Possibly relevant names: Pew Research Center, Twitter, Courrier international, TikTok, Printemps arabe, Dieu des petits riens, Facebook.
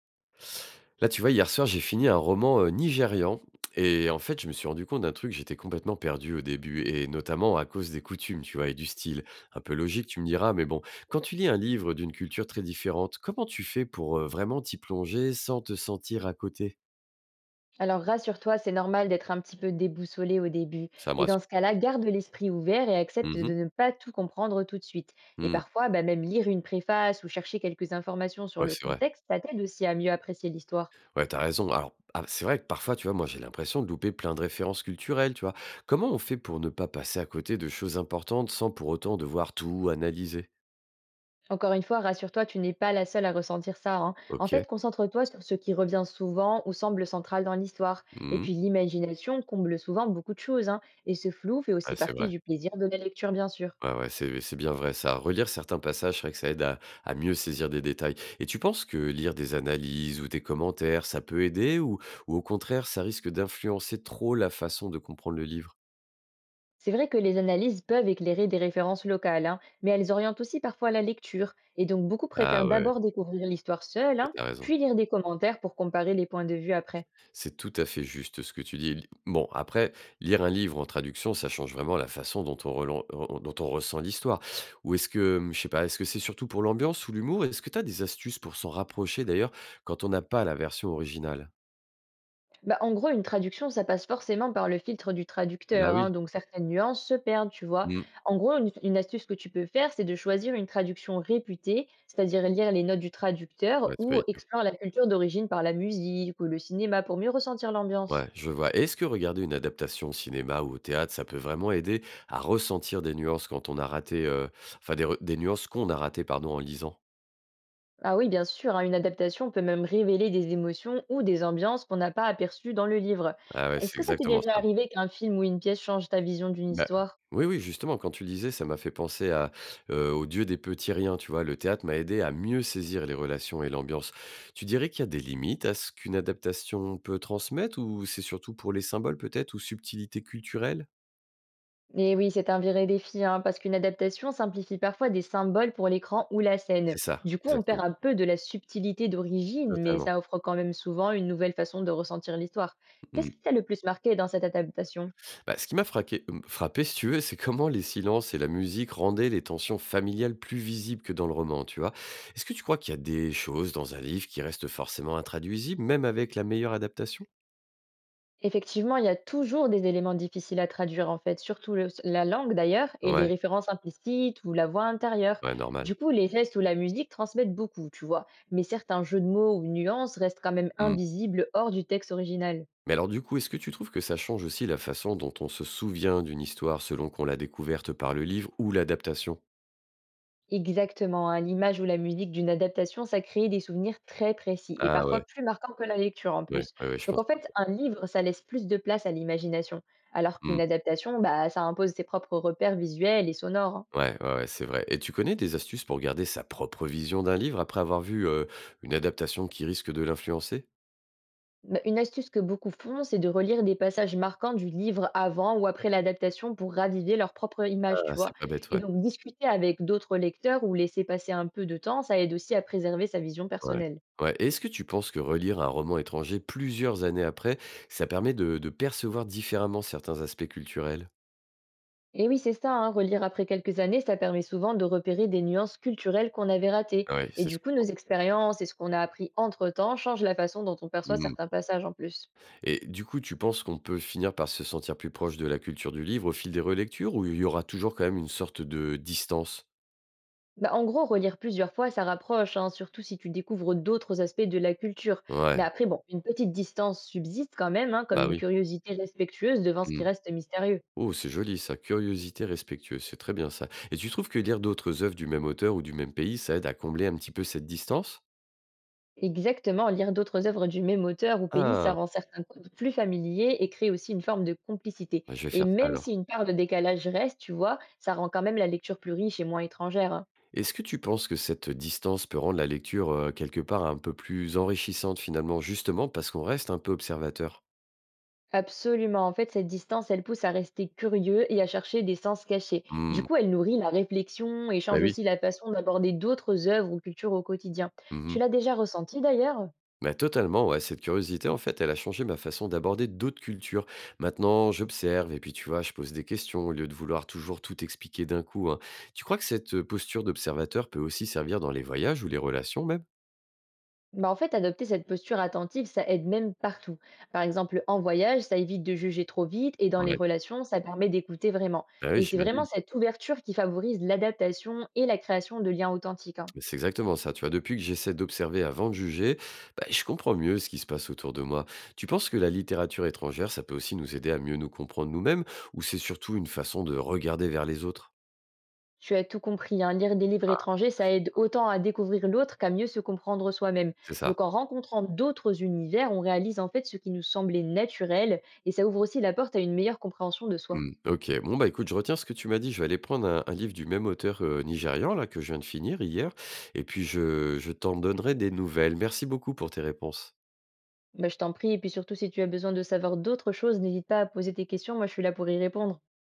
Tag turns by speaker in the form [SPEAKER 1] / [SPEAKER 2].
[SPEAKER 1] Là, tu vois, hier soir, j'ai fini un roman nigérian. Et en fait, je me suis rendu compte d'un truc, j'étais complètement perdu au début, et notamment à cause des coutumes, tu vois, et du style. Un peu logique, tu me diras, mais bon, quand tu lis un livre d'une culture très différente, comment tu fais pour vraiment t'y plonger sans te sentir à côté?
[SPEAKER 2] Alors rassure-toi, c'est normal d'être un petit peu déboussolé au début.
[SPEAKER 1] Ça me
[SPEAKER 2] Et dans
[SPEAKER 1] rassure.
[SPEAKER 2] ce cas-là, garde l'esprit ouvert et accepte
[SPEAKER 1] Mhm.
[SPEAKER 2] de ne pas tout comprendre tout de suite. Et
[SPEAKER 1] Mm.
[SPEAKER 2] parfois, bah, même lire une préface ou chercher quelques informations sur
[SPEAKER 1] Ouais,
[SPEAKER 2] le
[SPEAKER 1] c'est vrai.
[SPEAKER 2] contexte, ça t'aide aussi à mieux apprécier l'histoire.
[SPEAKER 1] Ouais, t'as raison. Alors, ah, c'est vrai que parfois, tu vois, moi, j'ai l'impression de louper plein de références culturelles, tu vois. Comment on fait pour ne pas passer à côté de choses importantes sans pour autant devoir tout analyser?
[SPEAKER 2] Encore une fois, rassure-toi, tu n'es pas la seule à ressentir ça, hein. En
[SPEAKER 1] Ok.
[SPEAKER 2] fait, concentre-toi sur ce qui revient souvent ou semble central dans l'histoire. Et
[SPEAKER 1] Mhm.
[SPEAKER 2] puis l'imagination comble souvent beaucoup de choses, hein. Et ce flou fait aussi
[SPEAKER 1] Ouais, c'est
[SPEAKER 2] partie
[SPEAKER 1] vrai.
[SPEAKER 2] du plaisir de la lecture, bien sûr.
[SPEAKER 1] Ouais, ouais, c'est bien vrai ça. Relire certains passages, c'est vrai que ça aide à mieux saisir des détails. Et tu penses que lire des analyses ou des commentaires, ça peut aider ou au contraire, ça risque d'influencer trop la façon de comprendre le livre?
[SPEAKER 2] C'est vrai que les analyses peuvent éclairer des références locales, hein, mais elles orientent aussi parfois la lecture, et donc beaucoup préfèrent
[SPEAKER 1] Ah ouais,
[SPEAKER 2] d'abord découvrir l'histoire seule,
[SPEAKER 1] ouais,
[SPEAKER 2] hein,
[SPEAKER 1] t'as raison.
[SPEAKER 2] puis lire des commentaires pour comparer les points de vue après.
[SPEAKER 1] C'est tout à fait juste ce que tu dis. Bon, après, lire un livre en traduction, ça change vraiment la façon dont on, dont on ressent l'histoire. Ou est-ce que, je sais pas, est-ce que c'est surtout pour l'ambiance ou l'humour? Est-ce que t'as des astuces pour s'en rapprocher d'ailleurs quand on n'a pas la version originale?
[SPEAKER 2] Bah, en gros, une traduction, ça passe forcément par le filtre du
[SPEAKER 1] Bah
[SPEAKER 2] traducteur, hein,
[SPEAKER 1] oui.
[SPEAKER 2] donc certaines nuances se perdent, tu vois.
[SPEAKER 1] Mm.
[SPEAKER 2] En gros, une astuce que tu peux faire, c'est de choisir une traduction réputée, c'est-à-dire lire les notes du traducteur
[SPEAKER 1] Ouais, c'est pas
[SPEAKER 2] ou
[SPEAKER 1] idiot.
[SPEAKER 2] explorer la culture d'origine par la musique ou le cinéma pour mieux ressentir l'ambiance.
[SPEAKER 1] Ouais, je vois. Et est-ce que regarder une adaptation au cinéma ou au théâtre, ça peut vraiment aider à ressentir des nuances quand on a raté, des nuances qu'on a ratées, pardon, en lisant?
[SPEAKER 2] Ah oui, bien sûr, hein, une adaptation peut même révéler des émotions ou des ambiances qu'on n'a pas aperçues dans le livre.
[SPEAKER 1] Ah ouais,
[SPEAKER 2] Est-ce
[SPEAKER 1] c'est
[SPEAKER 2] que ça t'est
[SPEAKER 1] exactement
[SPEAKER 2] déjà
[SPEAKER 1] ça.
[SPEAKER 2] arrivé qu'un film ou une pièce change ta vision d'une
[SPEAKER 1] Bah,
[SPEAKER 2] histoire?
[SPEAKER 1] oui, oui, justement, quand tu le disais, ça m'a fait penser à, au Dieu des petits riens, tu vois? Le théâtre m'a aidé à mieux saisir les relations et l'ambiance. Tu dirais qu'il y a des limites à ce qu'une adaptation peut transmettre ou c'est surtout pour les symboles peut-être ou subtilités culturelles?
[SPEAKER 2] Eh oui, c'est un vrai défi, hein, parce qu'une adaptation simplifie parfois des symboles pour l'écran ou la scène.
[SPEAKER 1] C'est ça,
[SPEAKER 2] Du coup, on perd
[SPEAKER 1] exactement,
[SPEAKER 2] un peu de la subtilité d'origine, mais
[SPEAKER 1] totalement.
[SPEAKER 2] ça offre quand même souvent une nouvelle façon de ressentir l'histoire. Qu'est-ce
[SPEAKER 1] Mmh.
[SPEAKER 2] qui t'a le plus marqué dans cette adaptation?
[SPEAKER 1] Bah, ce qui m'a frappé, si tu veux, c'est comment les silences et la musique rendaient les tensions familiales plus visibles que dans le roman, tu vois? Est-ce que tu crois qu'il y a des choses dans un livre qui restent forcément intraduisibles, même avec la meilleure adaptation?
[SPEAKER 2] Effectivement, il y a toujours des éléments difficiles à traduire en fait, surtout la langue d'ailleurs et les
[SPEAKER 1] Ouais,
[SPEAKER 2] références implicites ou la voix intérieure.
[SPEAKER 1] ouais,
[SPEAKER 2] Du
[SPEAKER 1] normal.
[SPEAKER 2] coup, les gestes ou la musique transmettent beaucoup, tu vois, mais certains jeux de mots ou nuances restent quand même
[SPEAKER 1] Mmh.
[SPEAKER 2] invisibles hors du texte original.
[SPEAKER 1] Mais alors du coup, est-ce que tu trouves que ça change aussi la façon dont on se souvient d'une histoire selon qu'on l'a découverte par le livre ou l'adaptation?
[SPEAKER 2] Exactement, hein, l'image ou la musique d'une adaptation, ça crée des souvenirs très précis et
[SPEAKER 1] Ah
[SPEAKER 2] parfois
[SPEAKER 1] ouais,
[SPEAKER 2] plus marquants que la lecture en
[SPEAKER 1] ouais,
[SPEAKER 2] plus.
[SPEAKER 1] ouais, ouais, je
[SPEAKER 2] Donc
[SPEAKER 1] pense
[SPEAKER 2] en
[SPEAKER 1] pas.
[SPEAKER 2] fait, un livre, ça laisse plus de place à l'imagination, alors qu'une
[SPEAKER 1] Mmh.
[SPEAKER 2] adaptation, bah, ça impose ses propres repères visuels et sonores, hein.
[SPEAKER 1] Ouais, ouais, ouais, c'est vrai. Et tu connais des astuces pour garder sa propre vision d'un livre après avoir vu, une adaptation qui risque de l'influencer?
[SPEAKER 2] Bah, une astuce que beaucoup font, c'est de relire des passages marquants du livre avant ou après l'adaptation pour raviver leur propre image, tu
[SPEAKER 1] Ah,
[SPEAKER 2] vois.
[SPEAKER 1] c'est pas bête,
[SPEAKER 2] Et
[SPEAKER 1] ouais.
[SPEAKER 2] donc, discuter avec d'autres lecteurs ou laisser passer un peu de temps, ça aide aussi à préserver sa vision
[SPEAKER 1] Ouais.
[SPEAKER 2] personnelle.
[SPEAKER 1] Ouais. Est-ce que tu penses que relire un roman étranger plusieurs années après, ça permet de percevoir différemment certains aspects culturels?
[SPEAKER 2] Et oui, c'est ça, hein, relire après quelques années, ça permet souvent de repérer des nuances culturelles qu'on avait ratées.
[SPEAKER 1] Ouais,
[SPEAKER 2] Et
[SPEAKER 1] c'est
[SPEAKER 2] du
[SPEAKER 1] ce que
[SPEAKER 2] coup,
[SPEAKER 1] je
[SPEAKER 2] nos
[SPEAKER 1] pense.
[SPEAKER 2] expériences et ce qu'on a appris entre-temps changent la façon dont on perçoit
[SPEAKER 1] Mmh,
[SPEAKER 2] certains passages en plus.
[SPEAKER 1] et du coup, tu penses qu'on peut finir par se sentir plus proche de la culture du livre au fil des relectures ou il y aura toujours quand même une sorte de distance?
[SPEAKER 2] Bah, en gros, relire plusieurs fois, ça rapproche, hein, surtout si tu découvres d'autres aspects de la culture. Mais
[SPEAKER 1] Ouais,
[SPEAKER 2] après, bon, une petite distance subsiste quand même, hein, comme
[SPEAKER 1] bah,
[SPEAKER 2] une
[SPEAKER 1] oui.
[SPEAKER 2] curiosité respectueuse devant ce qui
[SPEAKER 1] Mmh.
[SPEAKER 2] reste mystérieux.
[SPEAKER 1] Oh, c'est joli ça, curiosité respectueuse, c'est très bien ça, et tu trouves que lire d'autres œuvres du même auteur ou du même pays, ça aide à combler un petit peu cette distance?
[SPEAKER 2] Exactement, lire d'autres œuvres du même auteur ou pays, ça
[SPEAKER 1] Ah!
[SPEAKER 2] rend certains codes plus familiers et crée aussi une forme de complicité.
[SPEAKER 1] Bah, je vais
[SPEAKER 2] Et
[SPEAKER 1] faire ça
[SPEAKER 2] même si
[SPEAKER 1] alors.
[SPEAKER 2] une part de décalage reste, tu vois, ça rend quand même la lecture plus riche et moins étrangère, hein.
[SPEAKER 1] Est-ce que tu penses que cette distance peut rendre la lecture, quelque part un peu plus enrichissante finalement, justement parce qu'on reste un peu observateur?
[SPEAKER 2] Absolument. En fait, cette distance, elle pousse à rester curieux et à chercher des sens cachés. Du
[SPEAKER 1] Mmh,
[SPEAKER 2] coup, elle nourrit la réflexion et
[SPEAKER 1] bah,
[SPEAKER 2] change
[SPEAKER 1] oui.
[SPEAKER 2] aussi la façon d'aborder d'autres œuvres ou cultures au quotidien. Tu
[SPEAKER 1] Mmh.
[SPEAKER 2] l'as déjà ressenti d'ailleurs?
[SPEAKER 1] Bah, totalement, ouais, cette curiosité en fait, elle a changé ma façon d'aborder d'autres cultures. Maintenant, j'observe et puis tu vois, je pose des questions au lieu de vouloir toujours tout expliquer d'un coup, hein. Tu crois que cette posture d'observateur peut aussi servir dans les voyages ou les relations même?
[SPEAKER 2] Bah, en fait, adopter cette posture attentive, ça aide même partout. Par exemple, en voyage, ça évite de juger trop vite et dans les
[SPEAKER 1] Ouais,
[SPEAKER 2] relations, ça permet d'écouter vraiment.
[SPEAKER 1] bah, oui,
[SPEAKER 2] Et c'est vraiment
[SPEAKER 1] j'imagine.
[SPEAKER 2] cette ouverture qui favorise l'adaptation et la création de liens authentiques, hein.
[SPEAKER 1] Mais c'est exactement ça, tu vois. Depuis que j'essaie d'observer avant de juger, bah, je comprends mieux ce qui se passe autour de moi. Tu penses que la littérature étrangère, ça peut aussi nous aider à mieux nous comprendre nous-mêmes, ou c'est surtout une façon de regarder vers les autres?
[SPEAKER 2] Tu as tout compris, hein, lire des livres étrangers, ça aide autant à découvrir l'autre qu'à mieux se comprendre soi-même.
[SPEAKER 1] C'est ça.
[SPEAKER 2] Donc en rencontrant d'autres univers, on réalise en fait ce qui nous semblait naturel et ça ouvre aussi la porte à une meilleure compréhension de soi.
[SPEAKER 1] Hmm, ok. Bon, bah écoute, je retiens ce que tu m'as dit. Je vais aller prendre un livre du même auteur nigérian, là, que je viens de finir hier, et puis je t'en donnerai des nouvelles. Merci beaucoup pour tes réponses.
[SPEAKER 2] Bah, je t'en prie, et puis surtout si tu as besoin de savoir d'autres choses, n'hésite pas à poser tes questions, moi je suis là pour y répondre.